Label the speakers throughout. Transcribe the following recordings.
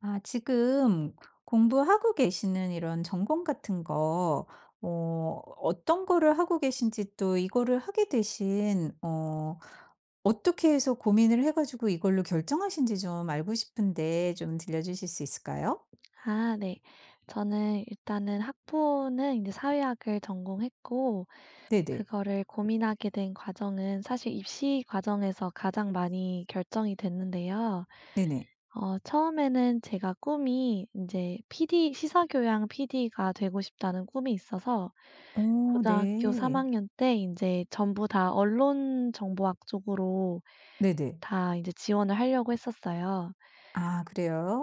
Speaker 1: 아 지금 공부하고 계시는 이런 전공 같은 거 어 어떤 거를 하고 계신지 또 이거를 하게 되신 어떻게 해서 고민을 해 가지고 이걸로 결정하신 지 좀 알고 싶은데 좀 들려주실 수 있을까요?
Speaker 2: 아 네. 저는 일단은 학부는 이제 사회학을 전공했고,
Speaker 1: 네네.
Speaker 2: 그거를 고민하게 된 과정은 사실 입시 과정에서 가장 많이 결정이 됐는데요.
Speaker 1: 네네.
Speaker 2: 처음에는 제가 꿈이 이제 PD 시사교양 PD가 되고 싶다는 꿈이 있어서
Speaker 1: 오,
Speaker 2: 고등학교 3
Speaker 1: 네.
Speaker 2: 학년 때 이제 전부 다 언론정보학 쪽으로
Speaker 1: 네네.
Speaker 2: 다 이제 지원을 하려고 했었어요.
Speaker 1: 아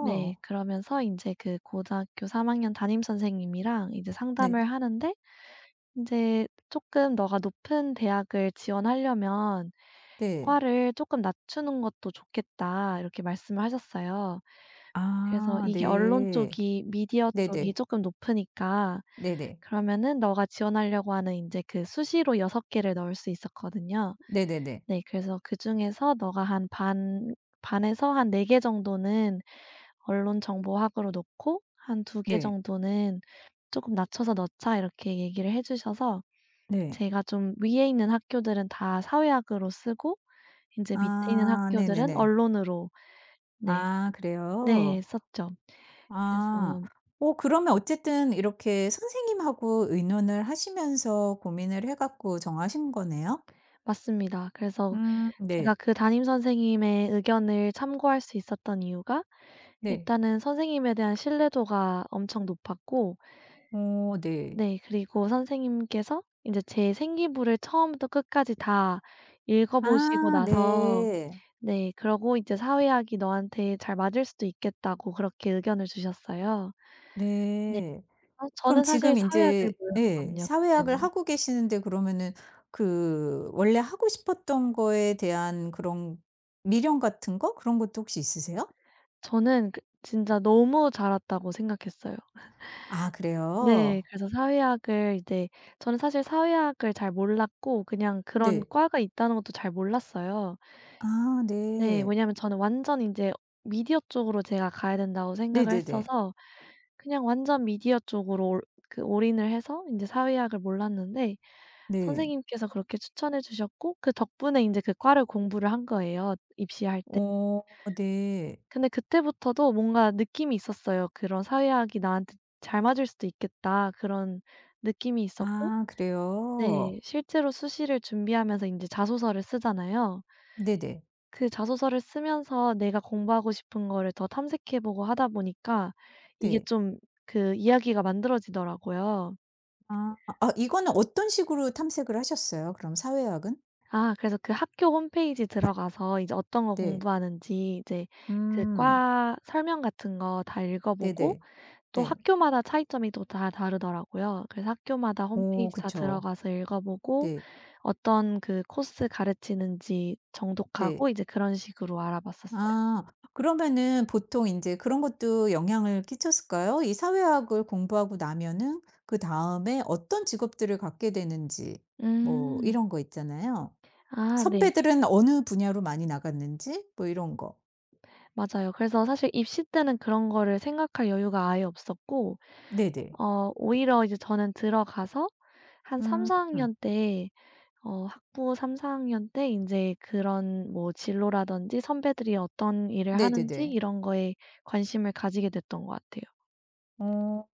Speaker 2: 네. 그러면서 이제 그 고등학교 3 학년 담임 선생님이랑 이제
Speaker 1: 네.
Speaker 2: 상담을 하는데, 이제 "조금 너가 높은 대학을 지원하려면
Speaker 1: 네.
Speaker 2: 과를 조금 낮추는 것도 좋겠다." 이렇게 말씀을 하셨어요. 그래서
Speaker 1: 아
Speaker 2: 이게 언론
Speaker 1: 네.
Speaker 2: 쪽이 미디어 쪽이
Speaker 1: 네네.
Speaker 2: 조금 높으니까
Speaker 1: 네네.
Speaker 2: 그러면은 "너가 지원하려고 하는 이제 그 수시로 6 개를 넣을 수 있었거든요.
Speaker 1: 네네네.
Speaker 2: 네. 그래서 그중에서 너가 한 반 반에서 한 4 개 정도는 언론 정보학으로 놓고 한 두 개
Speaker 1: 네.
Speaker 2: 정도는 조금 낮춰서 넣자." 이렇게 얘기를 해 주셔서
Speaker 1: 네.
Speaker 2: 제가 좀 위에 있는 학교들은 다 사회학으로 쓰고 인제 밑에 있는
Speaker 1: 아
Speaker 2: 학교들은
Speaker 1: 네네네.
Speaker 2: 언론으로. 네.
Speaker 1: 아
Speaker 2: 네,
Speaker 1: 그래요?
Speaker 2: 썼죠.
Speaker 1: 아.
Speaker 2: 그래서.
Speaker 1: 오 그러면 어쨌든 이렇게 선생님하고 의논을 하시면서 고민을 해 갖고 정하신 거네요?
Speaker 2: 맞습니다. 그래서 제가
Speaker 1: 네.
Speaker 2: 그 담임 선생님의 의견을 참고할 수 있었던 이유가,
Speaker 1: 네.
Speaker 2: 일단은 선생님에 대한 신뢰도가 엄청 높았고,
Speaker 1: 오 네.
Speaker 2: 네. 그리고 선생님께서 이제 제 생기부를 처음부터 끝까지 다 읽어 보시고
Speaker 1: 아
Speaker 2: 나서,
Speaker 1: 네.
Speaker 2: 네, 그러고 이제 "사회학이 너한테 잘 맞을 수도 있겠다."고 그렇게 의견을 주셨어요. 네.
Speaker 1: 네. 그럼
Speaker 2: 저는 사실
Speaker 1: 지금 이
Speaker 2: 사회학을
Speaker 1: 제 예
Speaker 2: 몰랐거든요,
Speaker 1: 사회학을
Speaker 2: 그때는.
Speaker 1: 하고 계시는데 그러면은 그 원래 하고 싶었던 거에 대한 그런 미련 같은 거 그런 것도 혹시 있으세요?
Speaker 2: 저는 그 진짜 너무 잘 왔다고 생각했어요.
Speaker 1: 아
Speaker 2: 네.
Speaker 1: 그래요?
Speaker 2: 그래서 사회학을 이제, 저는 사실 사회학을 잘 몰랐고 그냥 그런
Speaker 1: 네.
Speaker 2: 과가 있다는 것도 잘 몰랐어요.
Speaker 1: 아
Speaker 2: 네.
Speaker 1: 네.
Speaker 2: 왜냐하면 저는 완전 인제 미디어 쪽으로 제가 가야 된다고 생각을
Speaker 1: 네네네.
Speaker 2: 했어서 그냥 완전 미디어 쪽으로 올 그 올인을 해서 인제 사회학을 몰랐는데,
Speaker 1: 네.
Speaker 2: 선생님께서 그렇게 추천해 주셨고 그 덕분에 인제 그 과를 공부를 한 거예요, 입시할 때.
Speaker 1: 어 네.
Speaker 2: 근데 그때부터도 뭔가 느낌이 있었어요. 그런 '사회학이 나한테 잘 맞을 수도 있겠다.' 그런 느낌이 있었고,
Speaker 1: 아 그래요?
Speaker 2: 네, 실제로 수시를 준비하면서 인제 자소서를 쓰잖아요.
Speaker 1: 네네.
Speaker 2: 그 자소서를 쓰면서 내가 공부하고 싶은 거를 더 탐색해 보고 하다 보니까, 이게
Speaker 1: 네.
Speaker 2: 좀, 그 이야기가 만들어지더라고요.
Speaker 1: 아. 아 이거는 어떤 식으로 탐색을 하셨어요? 그럼 사회학은?
Speaker 2: 아, 그래서 그 학교 홈페이지 들어가서 이제 어떤 거
Speaker 1: 네.
Speaker 2: 공부하는지, 이제 그
Speaker 1: 음.
Speaker 2: 과 설명 같은 거 다 읽어 보고
Speaker 1: 네네.
Speaker 2: 또
Speaker 1: 네.
Speaker 2: 학교마다 차이점이 또 다 다르더라고요. 그래서 학교마다
Speaker 1: 오
Speaker 2: 홈페이지 다
Speaker 1: 그쵸.
Speaker 2: 들어가서 읽어 보고
Speaker 1: 네.
Speaker 2: 어떤 그 코스 가르치는지
Speaker 1: 네.
Speaker 2: 정독하고 이제 그런 식으로 알아봤었어요.
Speaker 1: 아 그러면은 보통 이제 그런 것도 영향을 끼쳤을까요? 이 사회학을 공부하고 나면은 그다음에 어떤 직업들을 갖게 되는지 뭐
Speaker 2: 음.
Speaker 1: 이런 거 있잖아요.
Speaker 2: 아 네.
Speaker 1: 선배들은 어느 분야로 많이 나갔는지 뭐 이런 거.
Speaker 2: 맞아요. 그래서 사실 입시 때는 그런 거를 생각할 여유가 아예 없었고,
Speaker 1: 네네.
Speaker 2: 오히려 이제 저는 들어가서 한
Speaker 1: 음.
Speaker 2: 3-4 학년 때, 학부 3-4 학년 때 이제 그런 뭐 진로라든지 선배들이 어떤 일을 하는지
Speaker 1: 네네네.
Speaker 2: 이런 거에 관심을 가지게 됐던 것 같아요.
Speaker 1: 어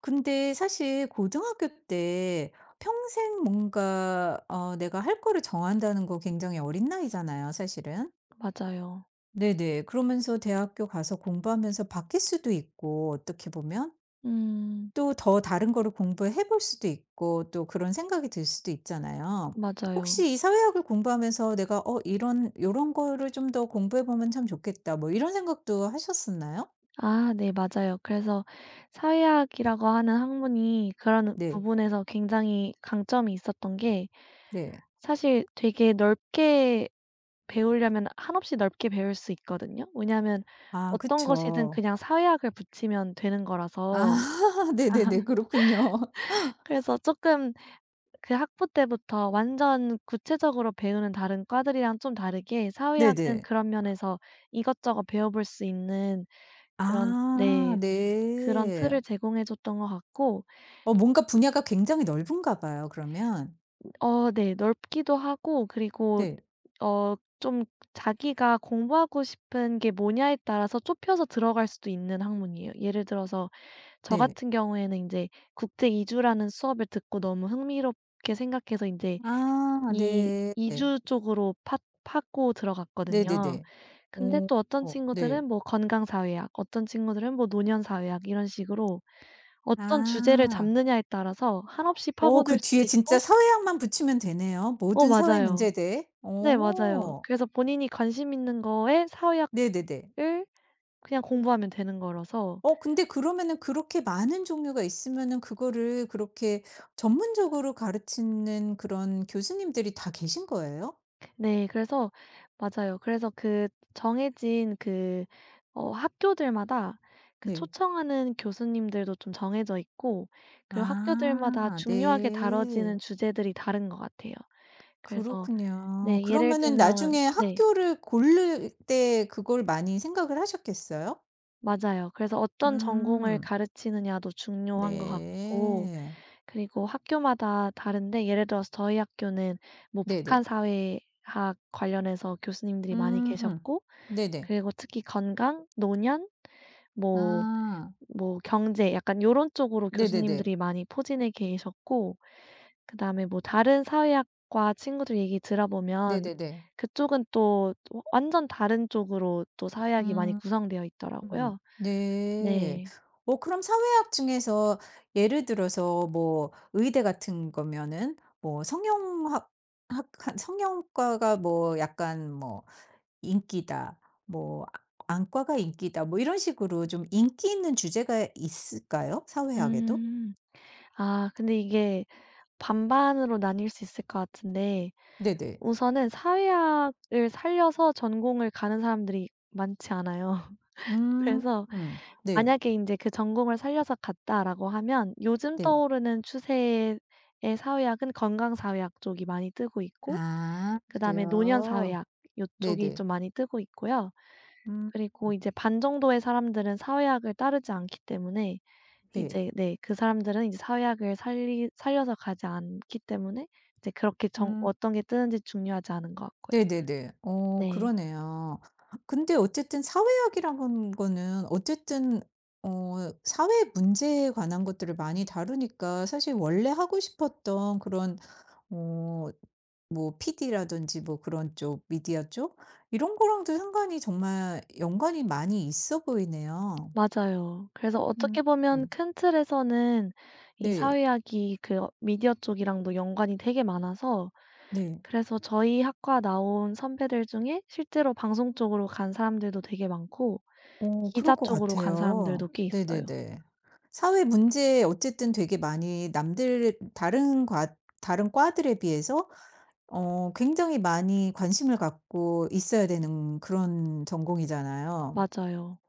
Speaker 1: 근데 사실 고등학교 때 평생 뭔가 내가 할 거를 정한다는 거 굉장히 어린 나이잖아요, 사실은.
Speaker 2: 맞아요.
Speaker 1: 네네. 그러면서 대학교 가서 공부하면서 바뀔 수도 있고 어떻게 보면
Speaker 2: 음,
Speaker 1: 또 더 다른 거를 공부해 볼 수도 있고 또 그런 생각이 들 수도 있잖아요.
Speaker 2: 맞아요.
Speaker 1: 혹시 이 사회학을 공부하면서 내가 '어 이런 요런 거를 좀 더 공부해 보면 참 좋겠다.' 뭐 이런 생각도 하셨었나요?
Speaker 2: 아 네, 맞아요. 그래서 사회학이라고 하는 학문이 그런
Speaker 1: 네.
Speaker 2: 부분에서 굉장히 강점이 있었던 게,
Speaker 1: 네.
Speaker 2: 사실 되게 넓게 배우려면 한없이 넓게 배울 수 있거든요. 왜냐하면
Speaker 1: 아
Speaker 2: 어떤 것이든
Speaker 1: 그쵸.
Speaker 2: 그냥 사회학을 붙이면 되는
Speaker 1: 아
Speaker 2: 거라서.
Speaker 1: 네네네. 그렇군요.
Speaker 2: 그래서 쪼끔 그 학부 때부터 완전 구체적으로 배우는 다른 과들이랑 좀 다르게 사회학은
Speaker 1: 네네.
Speaker 2: 그런 면에서 이것저것 배워볼 수 있는 그런,
Speaker 1: 아
Speaker 2: 네, 그런
Speaker 1: 네.
Speaker 2: 틀을 제공해 줬던 것 같고,
Speaker 1: 어 뭔가 분야가 굉장히 넓은가 봐요 그러면.
Speaker 2: 네. 넓기도 하고, 그리고
Speaker 1: 네.
Speaker 2: 어 좀 자기가 공부하고 싶은 게 뭐냐에 따라서 좁혀서 들어갈 수도 있는 학문이에요. 예를 들어서 저
Speaker 1: 네.
Speaker 2: 같은 경우에는 인제 국제 이주라는 수업을 듣고 너무 흥미롭게 생각해서 인제
Speaker 1: 아
Speaker 2: 이
Speaker 1: 네.
Speaker 2: 이주 쪽으로 파 파고 들어갔거든요.
Speaker 1: 네네네.
Speaker 2: 근데
Speaker 1: 오,
Speaker 2: 또 어떤
Speaker 1: 어 네.
Speaker 2: 친구들은 뭐 건강사회학, 어떤 친구들은 뭐 노년사회학 이런 식으로 어떤 주제를
Speaker 1: 아.
Speaker 2: 잡느냐에 따라서 한없이
Speaker 1: 어 그
Speaker 2: 파고들 수도
Speaker 1: 뒤에 진짜
Speaker 2: 있고.
Speaker 1: 사회학만 붙이면 되네요. 모든 사회
Speaker 2: 맞아요.
Speaker 1: 문제에 대해.
Speaker 2: 네, 맞아요.
Speaker 1: 오,
Speaker 2: 그래서 본인이 관심 있는 거에 사회학을
Speaker 1: 네네네.
Speaker 2: 그냥 공부하면 되는 거라서.
Speaker 1: 어 근데 그러면은 그렇게 많은 종류가 있으면은 그거를 그렇게 전문적으로 가르치는 그런 교수님들이 다 계신 거예요?
Speaker 2: 네. 그래서 맞아요. 그래서 그 정해진, 그 학교들마다 그
Speaker 1: 네.
Speaker 2: 초청하는 교수님들도 좀 정해져 있고 그리고 학교들마다
Speaker 1: 아
Speaker 2: 중요하게 다뤄지는
Speaker 1: 네.
Speaker 2: 주제들이 다른 것 같아요. 그래서.
Speaker 1: 그렇군요.
Speaker 2: 네, 예를
Speaker 1: 그러면은
Speaker 2: 들면.
Speaker 1: 나중에
Speaker 2: 네.
Speaker 1: 학교를 고를 때 그걸 많이 생각을 하셨겠어요?
Speaker 2: 맞아요. 그래서 어떤 전공을
Speaker 1: 음.
Speaker 2: 가르치느냐도 중요한 것 같고,
Speaker 1: 네.
Speaker 2: 그리고 학교마다 다른데 예를 들어서 저희 학교는 뭐 북한
Speaker 1: 네네.
Speaker 2: 사회학 관련해서 교수님들이 많이
Speaker 1: 음.
Speaker 2: 계셨고,
Speaker 1: 네네.
Speaker 2: 그리고 특히 건강, 노년, 뭐
Speaker 1: 아.
Speaker 2: 뭐 경제, 약간 요런 쪽으로
Speaker 1: 네네네.
Speaker 2: 교수님들이 많이 포진해 계셨고, 그다음에 뭐 다른 사회학과 친구들 얘기 들어보면
Speaker 1: 네네네.
Speaker 2: 그쪽은 또 완전 다른 쪽으로 또 사회학이 많이
Speaker 1: 음.
Speaker 2: 구성되어
Speaker 1: 음.
Speaker 2: 있더라고요.
Speaker 1: 네.
Speaker 2: 네.
Speaker 1: 어 그럼 사회학 중에서 예를 들어서 뭐 의대 같은 거면은 뭐 성형학 학 성형과가 뭐 약간 뭐 인기다. 뭐 아 안과가 인기다. 뭐 이런 식으로 좀 인기 있는 주제가 있을까요? 사회학에도?
Speaker 2: 음. 아 근데 이게 반반으로 나뉠 수 있을 것 같은데,
Speaker 1: 네네.
Speaker 2: 우선은 사회학을 살려서 전공을 가는 사람들이 많지 않아요.
Speaker 1: 음.
Speaker 2: 그래서
Speaker 1: 음. 네.
Speaker 2: 만약에 인제 그 전공을 살려서 갔다라고 하면 요즘
Speaker 1: 네.
Speaker 2: 떠오르는 추세의 사회학은 건강 사회학 쪽이 많이 뜨고 있고,
Speaker 1: 아 그래요?
Speaker 2: 그다음에 노년 사회학 요쪽이
Speaker 1: 네네.
Speaker 2: 좀 많이 뜨고 있고요.
Speaker 1: 음.
Speaker 2: 그리고 이제 반 정도의 사람들은 사회학을 따르지 않기 때문에,
Speaker 1: 네.
Speaker 2: 이제, 네, 그 사람들은 이제 사회학을 살리 살려서 가지 않기 때문에 이제 그렇게 정
Speaker 1: 음.
Speaker 2: 어떤 게 뜨는지 중요하지 않은 것 같고요.
Speaker 1: 네네네. 어
Speaker 2: 네.
Speaker 1: 그러네요. 근데 어쨌든 사회학이라는 거는 어쨌든 어 사회 문제에 관한 것들을 많이 다루니까 사실 원래 하고 싶었던 그런 어 뭐 PD라든지 뭐 그런 쪽 미디어 쪽 이런 거랑도 상관이 정말 연관이 많이 있어 보이네요.
Speaker 2: 맞아요. 그래서
Speaker 1: 음.
Speaker 2: 어떻게 보면
Speaker 1: 음.
Speaker 2: 큰 틀에서는 이
Speaker 1: 네.
Speaker 2: 사회학이 그 미디어 쪽이랑도 연관이 되게 많아서,
Speaker 1: 네.
Speaker 2: 그래서 저희 학과 나온 선배들 중에 실제로 방송 쪽으로 간 사람들도 되게 많고
Speaker 1: 어 그럴
Speaker 2: 기자
Speaker 1: 것
Speaker 2: 쪽으로 간 사람들도
Speaker 1: 같아요.
Speaker 2: 꽤 있어요.
Speaker 1: 네네네. 사회 문제에 어쨌든 되게 많이 남들 다른 과 다른 과들에 비해서 굉장히 많이 관심을 갖고 있어야 되는 그런 전공이잖아요.
Speaker 2: 맞아요.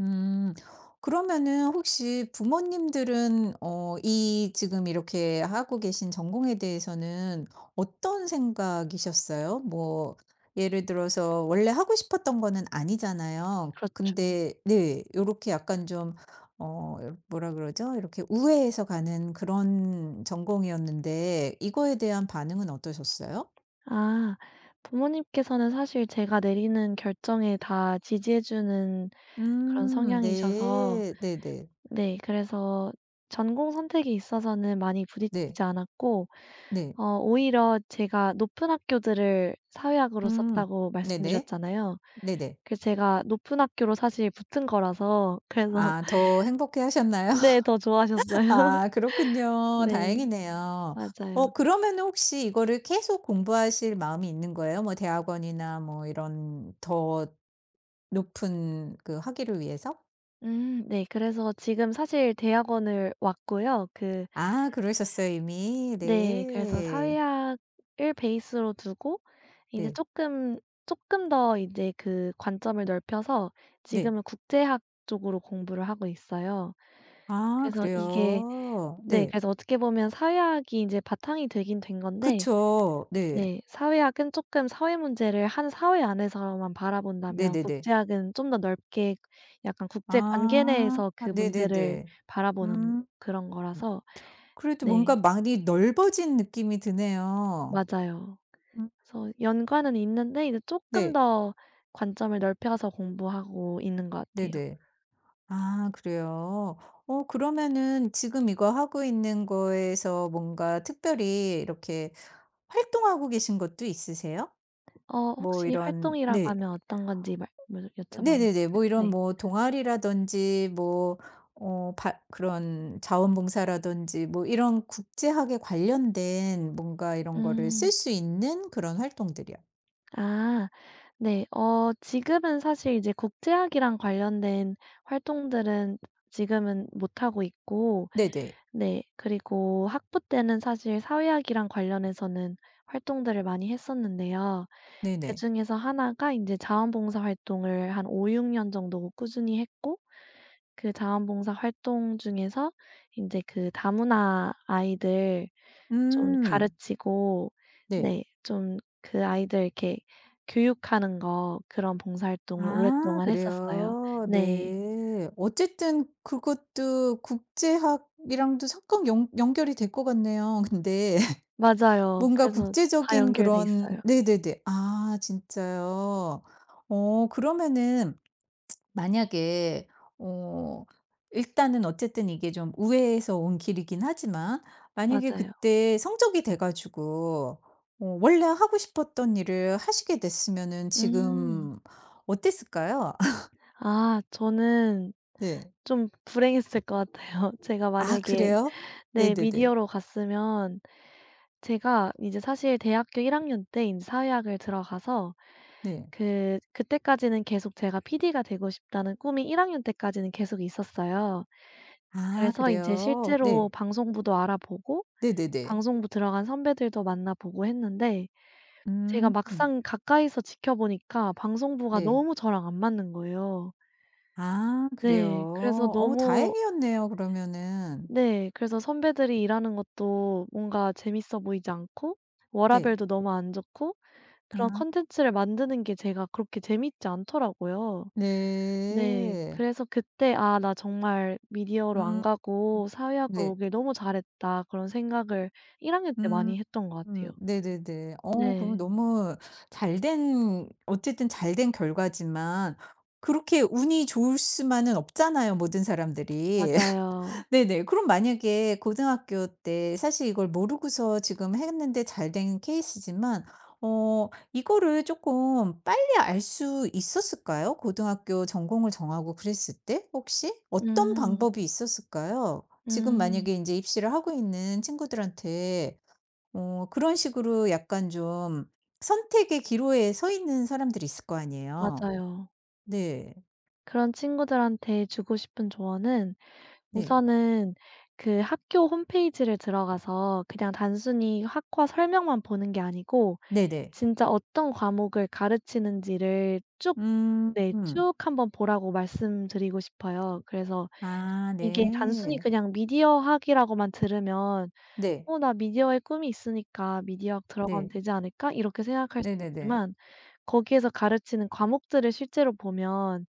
Speaker 1: 음. 그러면은 혹시 부모님들은 이 지금 이렇게 하고 계신 전공에 대해서는 어떤 생각이셨어요? 뭐 예를 들어서 원래 하고 싶었던 거는 아니잖아요.
Speaker 2: 그렇죠.
Speaker 1: 근데 네. 요렇게 약간 좀 어 뭐라 그러죠? 이렇게 우회해서 가는 그런 전공이었는데 이거에 대한 반응은 어떠셨어요?
Speaker 2: 아, 부모님께서는 사실 제가 내리는 결정에 다 지지해 주는 그런
Speaker 1: 음.
Speaker 2: 성향이셔서,
Speaker 1: 네. 네네.
Speaker 2: 네, 그래서 전공 선택에 있어서는 많이
Speaker 1: 네.
Speaker 2: 부딪히지 않았고,
Speaker 1: 네.
Speaker 2: 오히려 제가 높은 학교들을 사회학으로
Speaker 1: 음.
Speaker 2: 썼다고
Speaker 1: 네네.
Speaker 2: 말씀드렸잖아요.
Speaker 1: 네네.
Speaker 2: 그래서 제가 높은 학교로 사실 붙은 거라서 그래서
Speaker 1: 아 더 행복해 하셨나요?
Speaker 2: 네, 더 좋아하셨어요.
Speaker 1: 아 그렇군요.
Speaker 2: 네,
Speaker 1: 다행이네요.
Speaker 2: 맞아요.
Speaker 1: 어 그러면은 혹시 이거를 계속 공부하실 마음이 있는 거예요? 뭐 대학원이나 뭐 이런 더 높은 그 학위를 위해서?
Speaker 2: 음, 네, 그래서 지금 사실 대학원을 왔고요. 그,
Speaker 1: 아 그러셨어요 이미.
Speaker 2: 네, 그래서
Speaker 1: 네.
Speaker 2: 사회학을 베이스로 두고 이제
Speaker 1: 네.
Speaker 2: 조금 더 이제 그 관점을 넓혀서
Speaker 1: 네.
Speaker 2: 지금은 국제학 쪽으로 공부를 하고 있어요.
Speaker 1: 아
Speaker 2: 그래서 이게,
Speaker 1: 그래요.
Speaker 2: 네.
Speaker 1: 네.
Speaker 2: 그래서 어떻게 보면 사회학이 이제 바탕이 되긴 된 건데,
Speaker 1: 그쵸. 네.
Speaker 2: 네, 사회학은 쪼끔 사회 문제를 한 사회 안에서만 바라본다면
Speaker 1: 네네네.
Speaker 2: 국제학은 좀 더 넓게 약간 국제 관계
Speaker 1: 아
Speaker 2: 내에서 그 문제를
Speaker 1: 네네네.
Speaker 2: 바라보는
Speaker 1: 음.
Speaker 2: 그런 거라서.
Speaker 1: 그래도 뭔가
Speaker 2: 네,
Speaker 1: 많이 넓어진 느낌이 드네요.
Speaker 2: 맞아요. 그래서 연관은 있는데 이제 조금
Speaker 1: 네.
Speaker 2: 더 관점을 넓혀서 공부하고 있는 것 같아요.
Speaker 1: 네네. 아 그래요? 어 그러면은 지금 이거 하고 있는 거에서 뭔가 특별히 이렇게 활동하고 계신 것도 있으세요? 뭐
Speaker 2: 혹시
Speaker 1: 이런
Speaker 2: 활동이라고
Speaker 1: 네.
Speaker 2: 하면 어떤 건지 말 물 여쭤봐도
Speaker 1: 네네네.
Speaker 2: 될까요?
Speaker 1: 뭐 이런
Speaker 2: 네.
Speaker 1: 뭐 동아리라든지 뭐 어 바 그런 자원봉사라든지 뭐 이런 국제학에 관련된 뭔가 이런 거를 쓸
Speaker 2: 음.
Speaker 1: 수 있는 그런 활동들이요.
Speaker 2: 아 네. 지금은 사실 이제 국제학이랑 관련된 활동들은 지금은 못 하고 있고,
Speaker 1: 네네.
Speaker 2: 네. 그리고 학부 때는 사실 사회학이랑 관련해서는 활동들을 많이 했었는데요.
Speaker 1: 네네.
Speaker 2: 그중에서 하나가 이제 자원봉사 활동을 한 5-6년 정도 꾸준히 했고, 그 자원봉사 활동 중에서 이제 그 다문화 아이들 좀
Speaker 1: 음.
Speaker 2: 가르치고,
Speaker 1: 네.
Speaker 2: 네, 좀 그 아이들 이렇게 교육하는 거, 그런 봉사활동을
Speaker 1: 아
Speaker 2: 오랫동안 했었어요.
Speaker 1: 그래요?
Speaker 2: 네.
Speaker 1: 네. 어쨌든 그것도 국제학이랑도 잠깐 연 연결이 될 것 같네요. 근데
Speaker 2: 맞아요.
Speaker 1: 뭔가
Speaker 2: 그래서 다
Speaker 1: 국제적인
Speaker 2: 연결돼
Speaker 1: 그런
Speaker 2: 있어요.
Speaker 1: 네네네. 아 진짜요? 어 그러면은 만약에 어 일단은 어쨌든 이게 좀 우회해서 온 길이긴 하지만 만약에
Speaker 2: 맞아요.
Speaker 1: 그때 성적이 돼 가지고 원래 하고 싶었던 일을 하시게 됐으면은
Speaker 2: 음.
Speaker 1: 지금 어땠을까요?
Speaker 2: 아 저는
Speaker 1: 네.
Speaker 2: 좀 불행했을 것 같아요. 제가
Speaker 1: 아
Speaker 2: 만약에,
Speaker 1: 그래요?
Speaker 2: 네,
Speaker 1: 네네네.
Speaker 2: 미디어로 갔으면, 제가 이제 사실 대학교 1 학년 때 인제 사회학을 들어가서,
Speaker 1: 네.
Speaker 2: 그때까지는 계속 제가 PD가 되고 싶다는 꿈이 1 학년 때까지는 계속 있었어요.
Speaker 1: 아
Speaker 2: 그래서 이제
Speaker 1: 그래요?
Speaker 2: 실제로
Speaker 1: 네.
Speaker 2: 방송부도 알아보고
Speaker 1: 네네네.
Speaker 2: 방송부 들어간 선배들도 만나보고 했는데 제가
Speaker 1: 음.
Speaker 2: 막상 가까이서 지켜보니까 방송부가
Speaker 1: 네.
Speaker 2: 너무 저랑 안 맞는 거예요.
Speaker 1: 아
Speaker 2: 네. 그래서
Speaker 1: 그래요? 어
Speaker 2: 너무.
Speaker 1: 다행이었네요 그러면은.
Speaker 2: 네. 그래서 선배들이 일하는 것도 뭔가 재밌어 보이지 않고
Speaker 1: 네.
Speaker 2: 워라밸도 너무 안 좋고 그런
Speaker 1: 아
Speaker 2: 콘텐츠를 만드는 게 제가 그렇게 재밌지 않더라고요. 네.
Speaker 1: 네.
Speaker 2: 그래서 그때 '아 나 정말 미디어로 안
Speaker 1: 음.
Speaker 2: 가고 사회학으로
Speaker 1: 네.
Speaker 2: 오길 너무 잘했다.' 그런 생각을 1 학년 때
Speaker 1: 음.
Speaker 2: 많이 했던 것 같아요.
Speaker 1: 네네네. 어 그럼
Speaker 2: 네.
Speaker 1: 너무 잘된 어쨌든 잘된 결과지만 그렇게 운이 좋을 수만은 없잖아요 모든 사람들이.
Speaker 2: 맞아요.
Speaker 1: 네네. 그럼 만약에 고등학교 때 사실 이걸 모르고서 지금 했는데 잘 된 케이스지만 이거를 조금 빨리 알 수 있었을까요? 고등학교 전공을 정하고 그랬을 때 혹시? 어떤
Speaker 2: 음.
Speaker 1: 방법이 있었을까요? 지금
Speaker 2: 음.
Speaker 1: 만약에 이제 입시를 하고 있는 친구들한테 그런 식으로 약간 좀 선택의 기로에 서 있는 사람들이 있을 거 아니에요.
Speaker 2: 맞아요.
Speaker 1: 네.
Speaker 2: 그런 친구들한테 주고 싶은 조언은,
Speaker 1: 네.
Speaker 2: 우선은 그 학교 홈페이지를 들어가서 그냥 단순히 학과 설명만 보는 게 아니고
Speaker 1: 네네.
Speaker 2: 진짜 어떤 과목을 가르치는지를 쭉,
Speaker 1: 음.
Speaker 2: 네,
Speaker 1: 음.
Speaker 2: 쭉 한번 보라고 말씀드리고 싶어요. 그래서
Speaker 1: 아
Speaker 2: 이게 단순히
Speaker 1: 네.
Speaker 2: 그냥 미디어학이라고만 들으면
Speaker 1: 네.
Speaker 2: '어 나 미디어에 꿈이 있으니까 미디어학 들어가면
Speaker 1: 네.
Speaker 2: 되지 않을까?' 이렇게 생각할 수
Speaker 1: 네네네.
Speaker 2: 있지만 거기에서 가르치는 과목들을 실제로 보면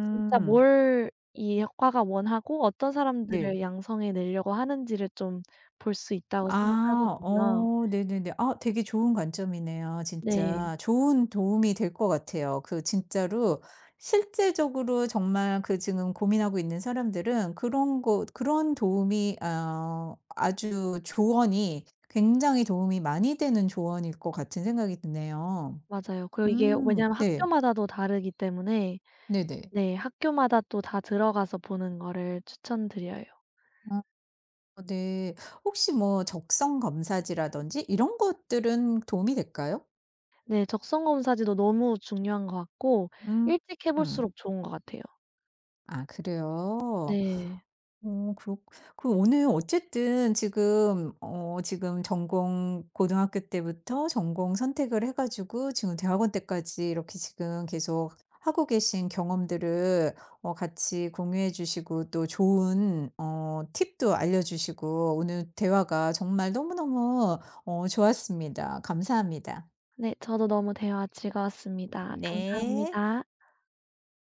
Speaker 2: 진짜 뭘 이 학과가 원하고 어떤 사람들을
Speaker 1: 네.
Speaker 2: 양성해 내려고 하는지를 좀 볼 수 있다고
Speaker 1: 아
Speaker 2: 생각하거든요.
Speaker 1: 네네네. 아 되게 좋은 관점이네요
Speaker 2: 네.
Speaker 1: 진짜. 좋은 도움이 될 것 같아요. 그 진짜로 실제적으로 정말 그 지금 고민하고 있는 사람들은 그런 거 그런 도움이 아주 조언이 굉장히 도움이 많이 되는 조언일 것 같은 생각이 드네요.
Speaker 2: 맞아요. 그리고 이게, 왜냐하면
Speaker 1: 네.
Speaker 2: 학교마다도 다르기 때문에,
Speaker 1: 네네.
Speaker 2: 네, 학교마다 또 다 들어가서 보는 거를 추천드려요.
Speaker 1: 어. 어 네. 혹시 뭐 적성 검사지라든지 이런 것들은 도움이 될까요?
Speaker 2: 네. 적성 검사지도 너무 중요한 것 같고
Speaker 1: 음.
Speaker 2: 일찍 해
Speaker 1: 음.
Speaker 2: 볼수록 좋은 것 같아요.
Speaker 1: 아 그래요?
Speaker 2: 네.
Speaker 1: 어 그렇 그 오늘 어쨌든 지금 어 지금 전공 고등학교 때부터 전공 선택을 해 가지고 지금 대학원 때까지 이렇게 지금 계속 하고 계신 경험들을 같이 공유해 주시고 또 좋은 팁도 알려주시고 오늘 대화가 정말 너무너무 좋았습니다. 감사합니다.
Speaker 2: 네. 저도 너무 대화 즐거웠습니다.
Speaker 1: 네.
Speaker 2: 감사합니다.